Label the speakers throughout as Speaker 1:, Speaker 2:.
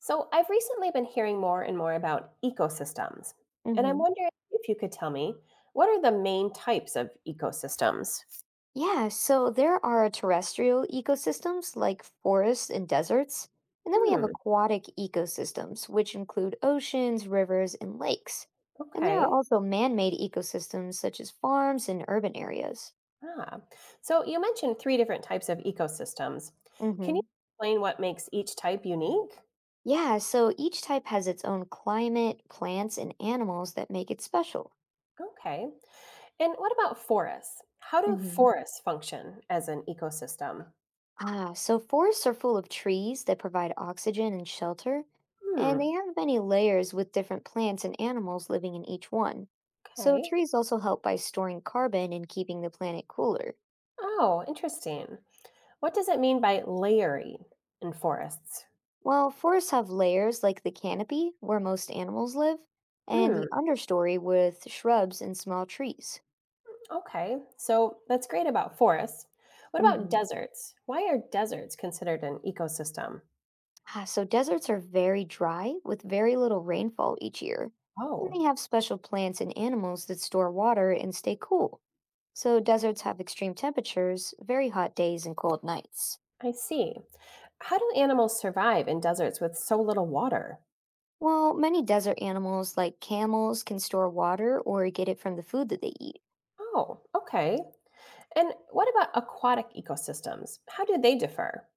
Speaker 1: So, I've recently been hearing more and more about ecosystems, and I'm
Speaker 2: hmm
Speaker 1: wondering if you could tell me, what are the main types of ecosystems?
Speaker 2: Yeah, so there are terrestrial ecosystems like forests and deserts, and then we have
Speaker 1: Hmm,
Speaker 2: aquatic ecosystems, which include oceans, rivers, and lakes. And there are
Speaker 1: okay.
Speaker 2: also man made ecosystems such as farms and urban areas.
Speaker 1: Ah. So, you mentioned three different types of ecosystems. Can
Speaker 2: hmm
Speaker 1: you explain what makes each type unique?
Speaker 2: Yeah, so each type has its own climate, plants, and animals that make it special.
Speaker 1: Okay. And what about forests? How do
Speaker 2: hmm
Speaker 1: forests function as an ecosystem?
Speaker 2: So forests are full of trees that provide oxygen and shelter, and they
Speaker 1: Hmm,
Speaker 2: have many layers with different plants and animals living in each one. So
Speaker 1: okay.
Speaker 2: trees also help by storing carbon and keeping the planet cooler.
Speaker 1: Oh, interesting. What does it mean by layering in forests?
Speaker 2: While forests have layers like the canopy, where most animals live, and
Speaker 1: Hmm.
Speaker 2: the understory with shrubs and small trees.
Speaker 1: Okay, so that's great about forests. What about
Speaker 2: hmm
Speaker 1: deserts? Why are deserts considered an ecosystem?
Speaker 2: So deserts are very dry with very little rainfall each year, and they
Speaker 1: Oh,
Speaker 2: have special plants and animals that store water and stay cool. So deserts have extreme temperatures, very hot days and cold nights.
Speaker 1: I see. How do animals survive in deserts with so little water?
Speaker 2: Well, many desert animals like camels can store water or get it from the food that they eat.
Speaker 1: Oh, okay. And what about aquatic ecosystems? How do they differ?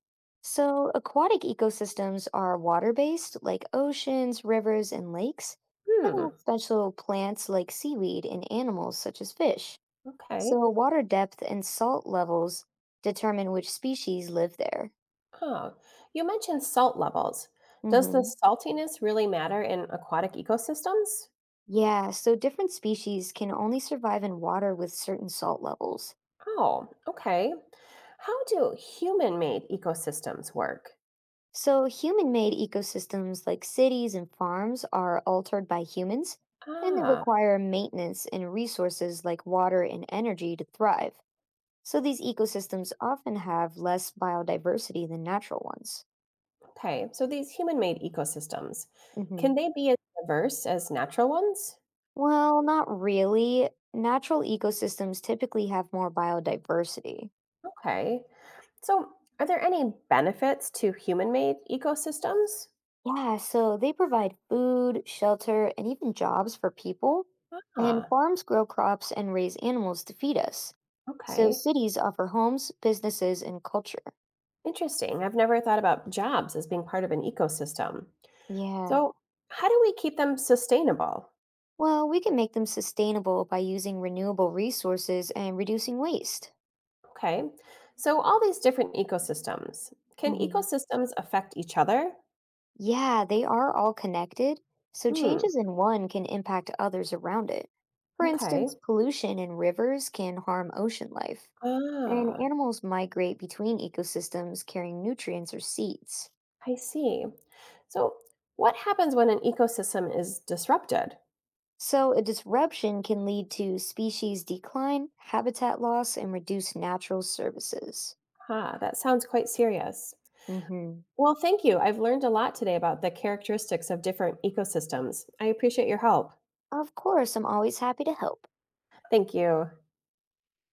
Speaker 2: So aquatic ecosystems are water-based like oceans, rivers, and lakes, and they
Speaker 1: Hmm,
Speaker 2: have special plants like seaweed and animals such as fish.
Speaker 1: okay.
Speaker 2: So, water depth and salt levels determine which species live there.
Speaker 1: Oh, you mentioned salt levels. Does the
Speaker 2: hmm
Speaker 1: saltiness really matter in aquatic ecosystems?
Speaker 2: Yeah, so different species can only survive in water with certain salt levels.
Speaker 1: Oh, okay. How do human made ecosystems work?
Speaker 2: So, human made ecosystems like cities and farms are altered by humans, and they
Speaker 1: Ah,
Speaker 2: require maintenance and resources like water and energy to thrive. So, these ecosystems often have less biodiversity than natural ones.
Speaker 1: okay, so these human made ecosystems,
Speaker 2: hmm
Speaker 1: can they be as diverse as natural ones?
Speaker 2: Well, not really. Natural ecosystems typically have more biodiversity.
Speaker 1: Okay, so are there any benefits to human made ecosystems?
Speaker 2: Yeah, so they provide food, shelter, and even jobs for people. And
Speaker 1: Ah,
Speaker 2: farms grow crops and raise animals to feed us. So
Speaker 1: okay,
Speaker 2: cities offer homes, businesses, and culture.
Speaker 1: interesting. I've never thought about jobs as being part of an ecosystem.
Speaker 2: Yeah.
Speaker 1: So, how do we keep them sustainable?
Speaker 2: Well, we can make them sustainable by using renewable resources and reducing waste.
Speaker 1: Okay, so all these different ecosystems, can
Speaker 2: hmm
Speaker 1: ecosystems affect each other?
Speaker 2: Yeah, they are all connected, so
Speaker 1: Hmm,
Speaker 2: changes in one can impact others around it. For
Speaker 1: okay.
Speaker 2: instance, pollution in rivers can harm ocean life, and
Speaker 1: Ah,
Speaker 2: animals migrate between ecosystems carrying nutrients or seeds.
Speaker 1: I see. So, what happens when an ecosystem is disrupted?
Speaker 2: So, a disruption can lead to species decline, habitat loss, and reduced natural services.
Speaker 1: Ah, that sounds quite serious.
Speaker 2: hmm
Speaker 1: Well, thank you. I've learned a lot today about the characteristics of different ecosystems. I appreciate your help.
Speaker 2: Of course, I'm always happy to help.
Speaker 1: Thank you.